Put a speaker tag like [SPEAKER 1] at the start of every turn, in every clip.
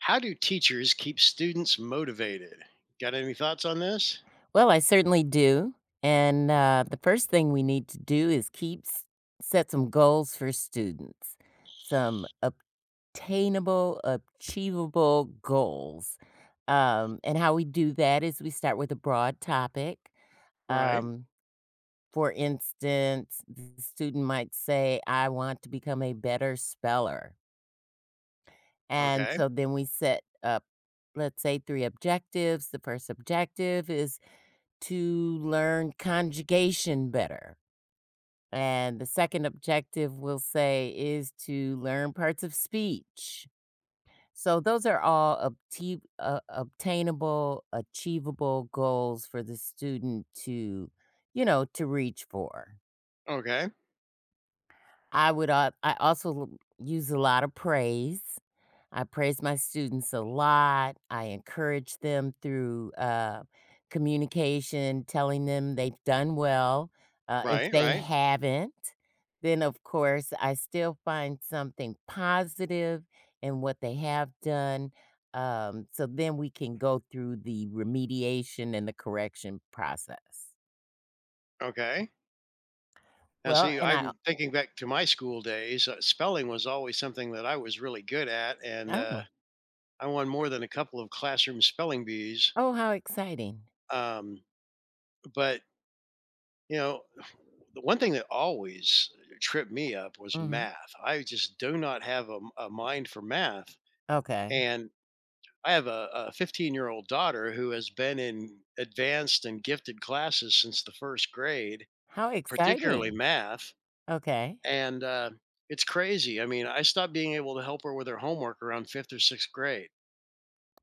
[SPEAKER 1] How do teachers keep students motivated? Got any thoughts on this?
[SPEAKER 2] Well, I certainly do. And the first thing we need to do is keep s- Set some goals for students, some obtainable, achievable goals. And how we do that is we start with a broad topic.
[SPEAKER 1] Right.
[SPEAKER 2] Um, for instance, the student might say, I want to become a better speller. And
[SPEAKER 1] Okay.
[SPEAKER 2] so then we set up, let's say, three objectives. The first objective is to learn conjugation better. And the second objective, we'll say, is to learn parts of speech. So those are all obtainable, achievable goals for the student to, to reach for.
[SPEAKER 1] Okay.
[SPEAKER 2] I use a lot of praise. I praise my students a lot. I encourage them through, communication, telling them they've done well. If
[SPEAKER 1] Right.
[SPEAKER 2] they
[SPEAKER 1] Right.
[SPEAKER 2] haven't, then, of course, I still find something positive in what they have done, so then we can go through the remediation and the correction process.
[SPEAKER 1] Okay. Now,
[SPEAKER 2] Well,
[SPEAKER 1] see,
[SPEAKER 2] and I
[SPEAKER 1] I'm thinking back to my school days. Spelling was always something that I was really good at, and
[SPEAKER 2] Oh.
[SPEAKER 1] I won more than a couple of classroom spelling bees.
[SPEAKER 2] Oh, how exciting.
[SPEAKER 1] Um, but you know, the one thing that always tripped me up was
[SPEAKER 2] Mhm.
[SPEAKER 1] math. I just do not have a, a mind for math,
[SPEAKER 2] Okay.
[SPEAKER 1] and I have a 15-year-old daughter who has been in advanced and gifted classes since the first grade,
[SPEAKER 2] How
[SPEAKER 1] particularly
[SPEAKER 2] exciting.
[SPEAKER 1] math.
[SPEAKER 2] Okay.
[SPEAKER 1] And it's crazy. I mean, I stopped being able to help her with her homework around fifth or sixth grade.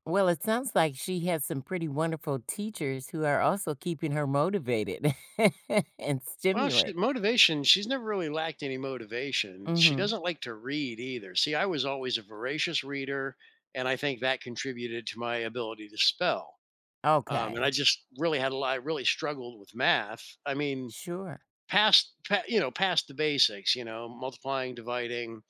[SPEAKER 2] Well, it sounds like she has some pretty wonderful teachers who are also keeping her motivated and
[SPEAKER 1] Well, she,
[SPEAKER 2] stimulate.
[SPEAKER 1] motivation, she's never really lacked any motivation. She
[SPEAKER 2] Mhm.
[SPEAKER 1] doesn't like to read either. See, I was always a voracious reader, and I think that contributed to my ability to spell. Um,
[SPEAKER 2] Okay.
[SPEAKER 1] and I just really had I really struggled with math. I mean,
[SPEAKER 2] Sure.
[SPEAKER 1] past you know, past the basics, you know, multiplying, dividing,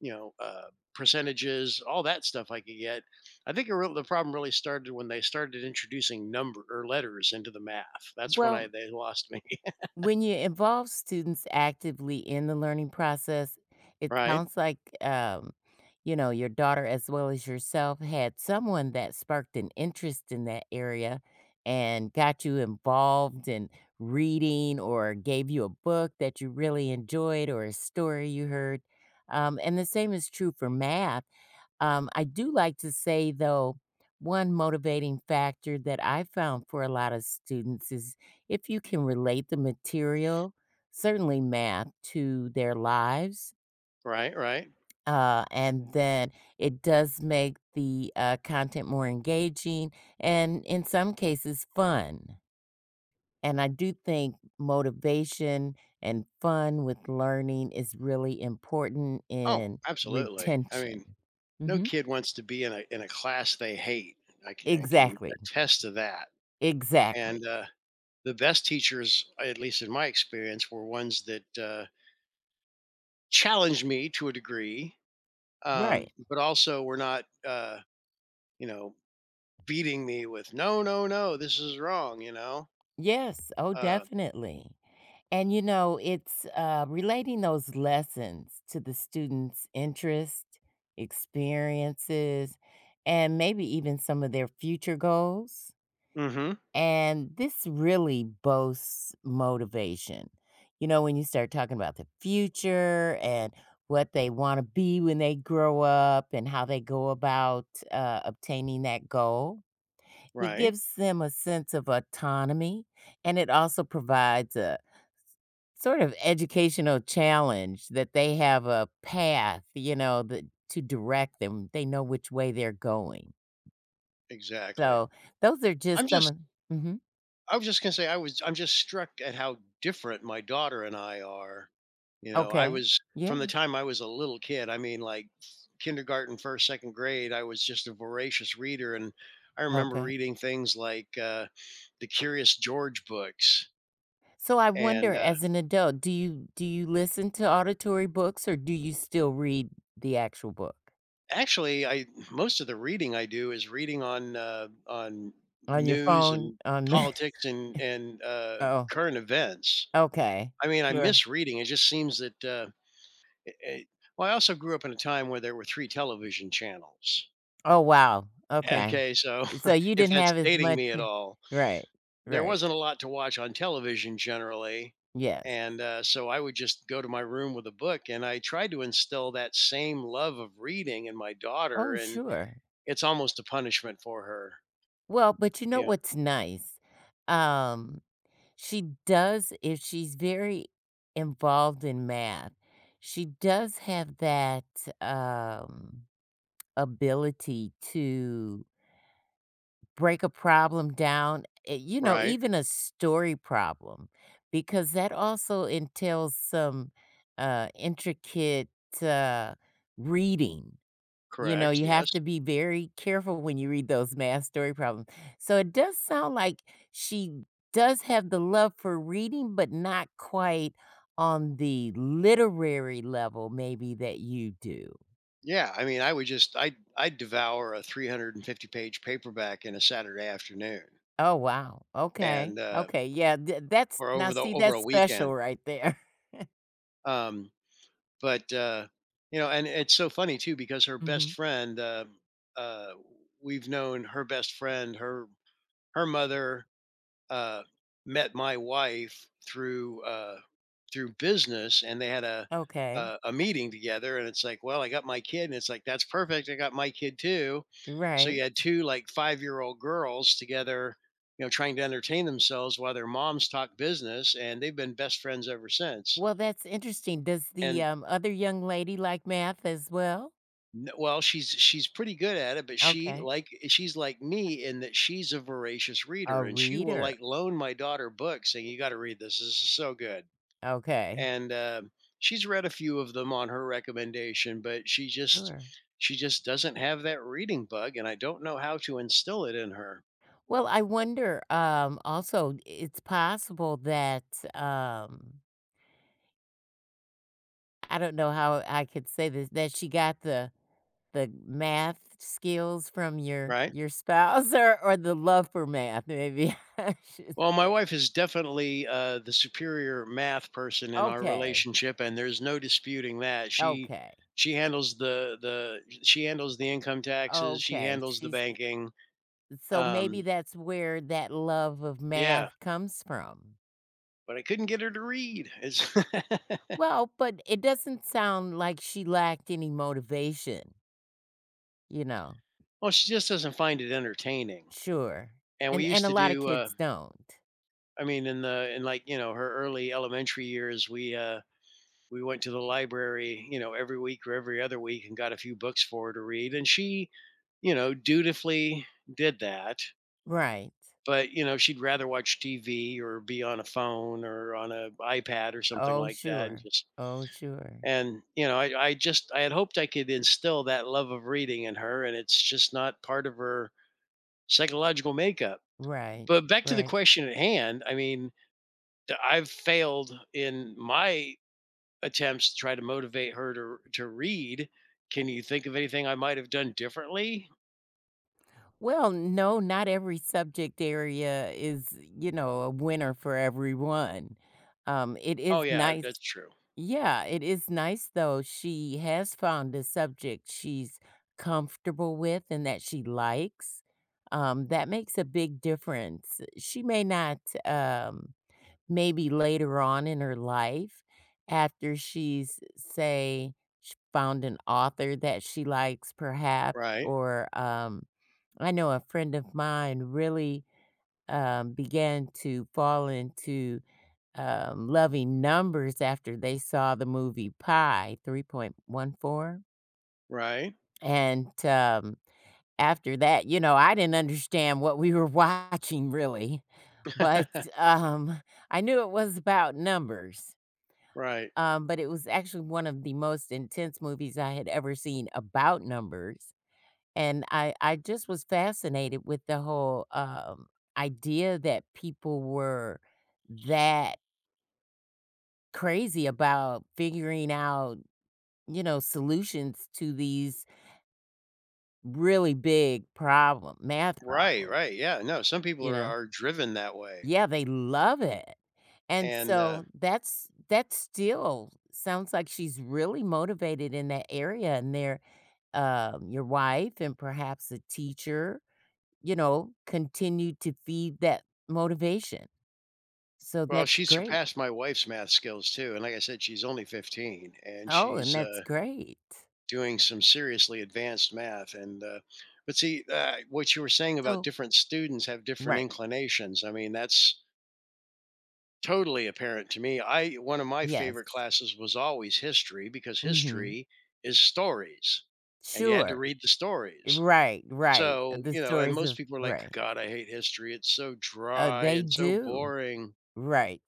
[SPEAKER 1] you know uh, percentages, all that stuff I could get. I think it real the problem really started when they started introducing number or letters into the math. That's when I
[SPEAKER 2] Well,
[SPEAKER 1] they lost me.
[SPEAKER 2] when you involve students actively in the learning process, it
[SPEAKER 1] right,
[SPEAKER 2] sounds like, you know, your daughter as well as yourself had someone that sparked an interest in that area and got you involved in reading or gave you a book that you really enjoyed or a story you heard. And the same is true for math. I do like to say, though, one motivating factor that I found for a lot of students is if you can relate the material, certainly math, to their lives.
[SPEAKER 1] right, right.
[SPEAKER 2] And then it does make the content more engaging and, in some cases, fun. And I do think motivation and fun with learning is really important
[SPEAKER 1] Oh,
[SPEAKER 2] in
[SPEAKER 1] absolutely. I mean,
[SPEAKER 2] retention.
[SPEAKER 1] no
[SPEAKER 2] Hmm.
[SPEAKER 1] kid wants to be in a class they hate. I can
[SPEAKER 2] Exactly.
[SPEAKER 1] attest to that. And
[SPEAKER 2] Exactly.
[SPEAKER 1] the best teachers, at least in my experience, were ones that challenged me to a degree,
[SPEAKER 2] Right.
[SPEAKER 1] but also were not, you know, beating me with no, no, no, this is wrong, you know.
[SPEAKER 2] Yes. Oh,
[SPEAKER 1] uh,
[SPEAKER 2] definitely. It's relating those lessons to the students' interest, experiences, and maybe even some of their future goals.
[SPEAKER 1] hmm
[SPEAKER 2] And this really boasts motivation. You know, when you start talking about the future and what they want to be when they grow up and how they go about obtaining that goal. It
[SPEAKER 1] right.
[SPEAKER 2] gives them a sense of autonomy, and it also provides a sort of educational challenge that they have a path, you know, that to direct them. They know which way they're going.
[SPEAKER 1] Exactly.
[SPEAKER 2] So, those are
[SPEAKER 1] i'm
[SPEAKER 2] just some
[SPEAKER 1] just
[SPEAKER 2] of. Mhm.
[SPEAKER 1] i was just going to say, I'm just struck at how different my daughter and I are. You know, I
[SPEAKER 2] Okay.
[SPEAKER 1] was
[SPEAKER 2] Yeah,
[SPEAKER 1] from the time I was a little kid, I mean, like kindergarten, first, second grade, I was just a voracious reader. And I remember
[SPEAKER 2] okay.
[SPEAKER 1] reading things like the Curious George books.
[SPEAKER 2] So, I wonder
[SPEAKER 1] And
[SPEAKER 2] as an adult, do you listen to auditory books or do you still read the actual book?
[SPEAKER 1] Actually, I most of the reading I do is reading on,
[SPEAKER 2] On your
[SPEAKER 1] news
[SPEAKER 2] phone?
[SPEAKER 1] and
[SPEAKER 2] On.
[SPEAKER 1] politics and
[SPEAKER 2] Oh,
[SPEAKER 1] current events.
[SPEAKER 2] okay.
[SPEAKER 1] I mean, I
[SPEAKER 2] Sure.
[SPEAKER 1] miss reading. It just seems that. It, it- Well, I also grew up in a time where there were three television channels.
[SPEAKER 2] Oh, wow. Okay.
[SPEAKER 1] Okay, so
[SPEAKER 2] So you
[SPEAKER 1] if
[SPEAKER 2] didn't
[SPEAKER 1] that's
[SPEAKER 2] have as
[SPEAKER 1] dating
[SPEAKER 2] much.
[SPEAKER 1] me at all,
[SPEAKER 2] Right.
[SPEAKER 1] there
[SPEAKER 2] Right.
[SPEAKER 1] wasn't a lot to watch on television generally.
[SPEAKER 2] Yes.
[SPEAKER 1] And so I would just go to my room with a book, and I tried to instill that same love of reading in my
[SPEAKER 2] Oh,
[SPEAKER 1] daughter.
[SPEAKER 2] sure.
[SPEAKER 1] It's almost a punishment for her,
[SPEAKER 2] Well, but you know
[SPEAKER 1] you know.
[SPEAKER 2] what's nice? Um, she does if she's very involved in math, she does have that, um, ability to break a problem down, eh, you know,
[SPEAKER 1] Right,
[SPEAKER 2] even a story problem, because that also entails some, intricate, uh, reading. You know,
[SPEAKER 1] correct,
[SPEAKER 2] you have
[SPEAKER 1] yes.
[SPEAKER 2] to be very careful when you read those math story problems. So it does sound like she does have the love for reading, but not quite on the literary level maybe that you do.
[SPEAKER 1] Yeah, I mean, I would just I devour a 350-page paperback in a Saturday afternoon
[SPEAKER 2] Oh, wow. Okay.
[SPEAKER 1] and, uh
[SPEAKER 2] Okay. Yeah, th That's
[SPEAKER 1] or
[SPEAKER 2] now
[SPEAKER 1] over the
[SPEAKER 2] see,
[SPEAKER 1] over a
[SPEAKER 2] that's special
[SPEAKER 1] weekend.
[SPEAKER 2] right there.
[SPEAKER 1] um, but, uh, you know, and it's so funny too, because her best
[SPEAKER 2] Mhm.
[SPEAKER 1] friend, uh, we've known her best friend, her mother, uh, met my wife through through business, and they had a,
[SPEAKER 2] Okay.
[SPEAKER 1] a a meeting together, and it's like, well, I got my kid, and it's like, that's perfect. I got my kid too. So
[SPEAKER 2] Right.
[SPEAKER 1] you had two like 5 year old girls together, you know, trying to entertain themselves while their moms talk business, and they've been best friends ever since.
[SPEAKER 2] Well, that's interesting. Does the,
[SPEAKER 1] And
[SPEAKER 2] other young lady like math as well?
[SPEAKER 1] n- well, she's pretty good at it, but
[SPEAKER 2] Okay.
[SPEAKER 1] she's like me in that she's a voracious reader,
[SPEAKER 2] A
[SPEAKER 1] and she will
[SPEAKER 2] reader.
[SPEAKER 1] like loan my daughter books, saying, "You got to read this. This is so good."
[SPEAKER 2] Okay.
[SPEAKER 1] and She's read a few of them on her recommendation, but
[SPEAKER 2] Sure.
[SPEAKER 1] she just doesn't have that reading bug, and I don't know how to instill it in her.
[SPEAKER 2] Well, I wonder, also, it's possible that, um, I don't know how I could say this, that she got the math skills from your
[SPEAKER 1] Right.
[SPEAKER 2] your spouse or the love for math, maybe I should
[SPEAKER 1] Well, my
[SPEAKER 2] say.
[SPEAKER 1] wife is definitely the superior math person in our
[SPEAKER 2] Okay,
[SPEAKER 1] relationship, and there's no disputing that.
[SPEAKER 2] okay,
[SPEAKER 1] She handles the she handles the income taxes, she
[SPEAKER 2] okay,
[SPEAKER 1] handles the
[SPEAKER 2] she's
[SPEAKER 1] banking.
[SPEAKER 2] so maybe
[SPEAKER 1] um
[SPEAKER 2] that's where that love of
[SPEAKER 1] yeah.
[SPEAKER 2] math comes from.
[SPEAKER 1] But I couldn't get her to read. It's
[SPEAKER 2] Well, but it doesn't sound like she lacked any motivation, you know?
[SPEAKER 1] well she just doesn't find it entertaining.
[SPEAKER 2] Sure,
[SPEAKER 1] And we
[SPEAKER 2] and
[SPEAKER 1] used
[SPEAKER 2] a
[SPEAKER 1] to
[SPEAKER 2] lot of
[SPEAKER 1] do
[SPEAKER 2] kids don't.
[SPEAKER 1] I mean, in the in like you know, her early elementary years, we went to the library, you know, every week or every other week, and got a few books for her to read, and she, you know, dutifully did that.
[SPEAKER 2] Right.
[SPEAKER 1] But you know, she'd rather watch TV or be on a phone or on a iPad or something
[SPEAKER 2] Oh,
[SPEAKER 1] like that. and
[SPEAKER 2] sure.
[SPEAKER 1] just
[SPEAKER 2] Oh, sure.
[SPEAKER 1] and you know, I had hoped I could instill that love of reading in her, and it's just not part of her psychological makeup.
[SPEAKER 2] Right,
[SPEAKER 1] But back to the
[SPEAKER 2] right.
[SPEAKER 1] question at hand, I mean, I've failed in my attempts to try to motivate her to read. Can you think of anything I might have done differently?
[SPEAKER 2] Well, no, not every subject area is, you know, a winner for everyone. It
[SPEAKER 1] Oh
[SPEAKER 2] is
[SPEAKER 1] yeah,
[SPEAKER 2] nice.
[SPEAKER 1] that's true.
[SPEAKER 2] Yeah, it is nice though. She has found a subject she's comfortable with and that she likes. That makes a big difference. She may not, um, maybe later on in her life, after she's, say, found an author that she likes, perhaps,
[SPEAKER 1] Right.
[SPEAKER 2] or I know a friend of mine really began to fall into loving numbers after they saw the movie Pi 3.14.
[SPEAKER 1] Right.
[SPEAKER 2] And After that, you know, I didn't understand what we were watching really, but um, I knew it was about numbers.
[SPEAKER 1] right.
[SPEAKER 2] But it was actually one of the most intense movies I had ever seen about numbers. And I just was fascinated with the whole, idea that people were that crazy about figuring out, you know, solutions to these really big problem math
[SPEAKER 1] Right.
[SPEAKER 2] problem,
[SPEAKER 1] Right. Yeah. No, some people
[SPEAKER 2] you
[SPEAKER 1] are
[SPEAKER 2] know?
[SPEAKER 1] driven that way.
[SPEAKER 2] Yeah, they love it. And
[SPEAKER 1] And
[SPEAKER 2] so that's that still sounds like she's really motivated in that area and there, your wife and perhaps a teacher you know, continue to feed that motivation. So
[SPEAKER 1] well,
[SPEAKER 2] that's
[SPEAKER 1] she
[SPEAKER 2] great.
[SPEAKER 1] surpassed my wife's math skills too. And like I said, she's only 15, and
[SPEAKER 2] Oh, and
[SPEAKER 1] she's
[SPEAKER 2] that's great.
[SPEAKER 1] doing some seriously advanced math. And but see, what you were saying about
[SPEAKER 2] So
[SPEAKER 1] different students have different
[SPEAKER 2] right.
[SPEAKER 1] inclinations, I mean, that's totally apparent to me. I One of my
[SPEAKER 2] Yes.
[SPEAKER 1] favorite classes was always history, because
[SPEAKER 2] Mhm.
[SPEAKER 1] history is stories, and you had to
[SPEAKER 2] Sure.
[SPEAKER 1] read the stories.
[SPEAKER 2] Right, right.
[SPEAKER 1] So,
[SPEAKER 2] The
[SPEAKER 1] you know, and
[SPEAKER 2] stories
[SPEAKER 1] most
[SPEAKER 2] of
[SPEAKER 1] people are like,
[SPEAKER 2] right.
[SPEAKER 1] "God, I hate history. It's so dry
[SPEAKER 2] They
[SPEAKER 1] and so
[SPEAKER 2] do.
[SPEAKER 1] boring."
[SPEAKER 2] Right.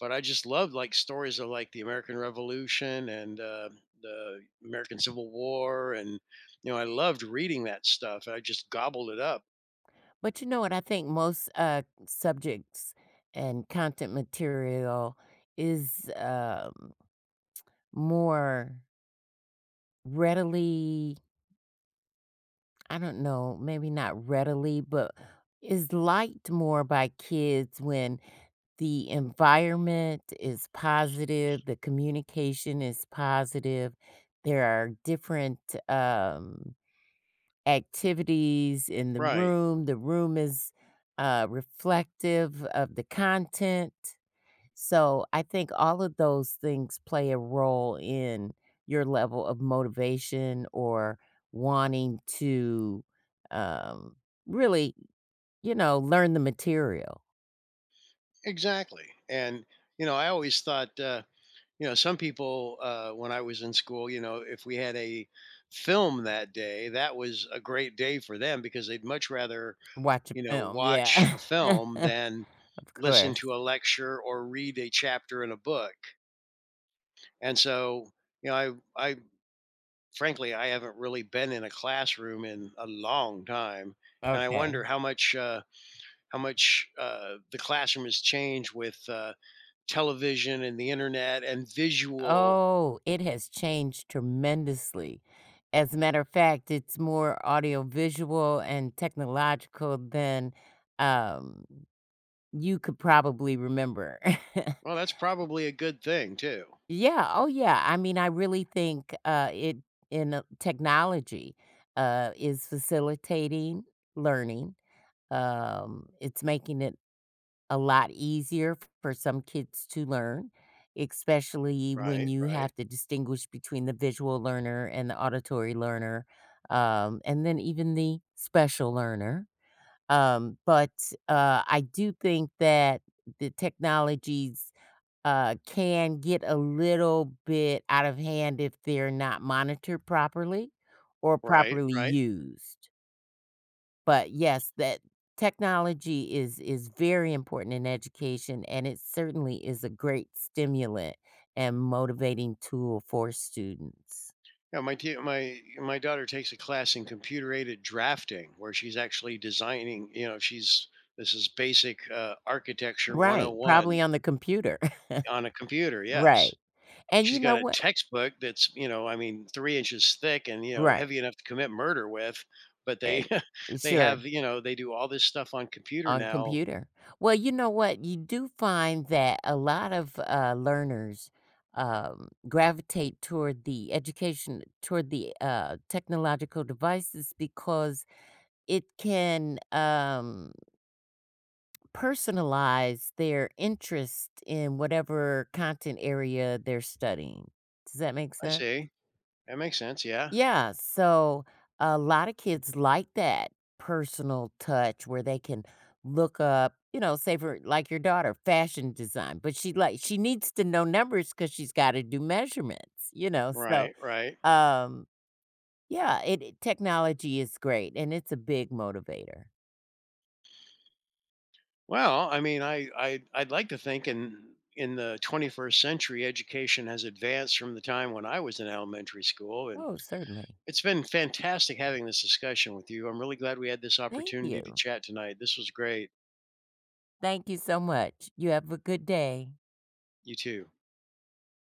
[SPEAKER 1] But I just love like stories of like the American Revolution and, the American Civil War, and you know, I loved reading that stuff. And I just gobbled it up.
[SPEAKER 2] But you know what? I think most subjects and content material is more readily I don't know, maybe not readily, but is liked more by kids when the environment is positive, the communication is positive, there are different um, activities in
[SPEAKER 1] Right.
[SPEAKER 2] the room is reflective of the content. So I think all of those things play a role in your level of motivation or wanting to um, really, you know, learn the material,
[SPEAKER 1] Exactly. And You know, I always thought, you know, some people, when I was in school, you know, if we had a film that day, that was a great day for them, because they'd much rather,
[SPEAKER 2] watch a
[SPEAKER 1] you know,
[SPEAKER 2] film.
[SPEAKER 1] watch
[SPEAKER 2] Yeah,
[SPEAKER 1] a film
[SPEAKER 2] of
[SPEAKER 1] than listen
[SPEAKER 2] course.
[SPEAKER 1] to a lecture or read a chapter in a book. And so, you know, I frankly, I haven't really been in a classroom in a long time. And I
[SPEAKER 2] Okay.
[SPEAKER 1] wonder how much, the classroom has changed with, television and the internet and visual.
[SPEAKER 2] Oh, it has changed tremendously. As a matter of fact, it's more audiovisual and technological than um, you could probably remember.
[SPEAKER 1] Well, that's probably a good thing too.
[SPEAKER 2] Yeah, oh, yeah, I mean, I really think, technology, is facilitating learning, it's making it a lot easier f for some kids to learn, especially when
[SPEAKER 1] Right,
[SPEAKER 2] you
[SPEAKER 1] right,
[SPEAKER 2] have to distinguish between the visual learner and the auditory learner, and then even the special learner, but I do think that the technologies can get a little bit out of hand if they're not monitored properly or
[SPEAKER 1] right,
[SPEAKER 2] properly
[SPEAKER 1] right.
[SPEAKER 2] used. But yes, that technology is very important in education and it certainly is a great stimulant and motivating tool for students.
[SPEAKER 1] Yeah, my daughter takes a class in computer aided drafting where she's actually designing, you know, she's this is basic architecture
[SPEAKER 2] Right, probably
[SPEAKER 1] 101
[SPEAKER 2] on the computer.
[SPEAKER 1] on a computer. Yes.
[SPEAKER 2] Right. And
[SPEAKER 1] She's
[SPEAKER 2] you know
[SPEAKER 1] got a
[SPEAKER 2] what?
[SPEAKER 1] textbook that's, you know, I mean, 3 inches thick and, you know,
[SPEAKER 2] Right.
[SPEAKER 1] heavy enough to commit murder with, but they
[SPEAKER 2] And
[SPEAKER 1] they
[SPEAKER 2] sure.
[SPEAKER 1] have, you know, they do all this stuff on computer
[SPEAKER 2] On
[SPEAKER 1] now.
[SPEAKER 2] computer. Well, you know what? You do find that a lot of, learners, gravitate toward the education toward the, technological devices because it can, personalize their interest in whatever content area they're studying. Does that make
[SPEAKER 1] I
[SPEAKER 2] sense?
[SPEAKER 1] see. That makes sense. Yeah.
[SPEAKER 2] Yeah, so a lot of kids like that personal touch where they can look up, you know, say for like your daughter, fashion design, but she like she needs to know numbers because she's gotta do measurements, you know? So,
[SPEAKER 1] Right, right.
[SPEAKER 2] um, yeah, it technology is great, and it's a big motivator.
[SPEAKER 1] Well, I mean, I'd like to think in the 21st century, education has advanced from the time when I was in elementary school, and
[SPEAKER 2] Oh, certainly.
[SPEAKER 1] it's been fantastic having this discussion with you. I'm really glad we had this
[SPEAKER 2] Thank
[SPEAKER 1] opportunity to
[SPEAKER 2] you.
[SPEAKER 1] chat tonight. This was great.
[SPEAKER 2] Thank you so much. You have a good day.
[SPEAKER 1] You too.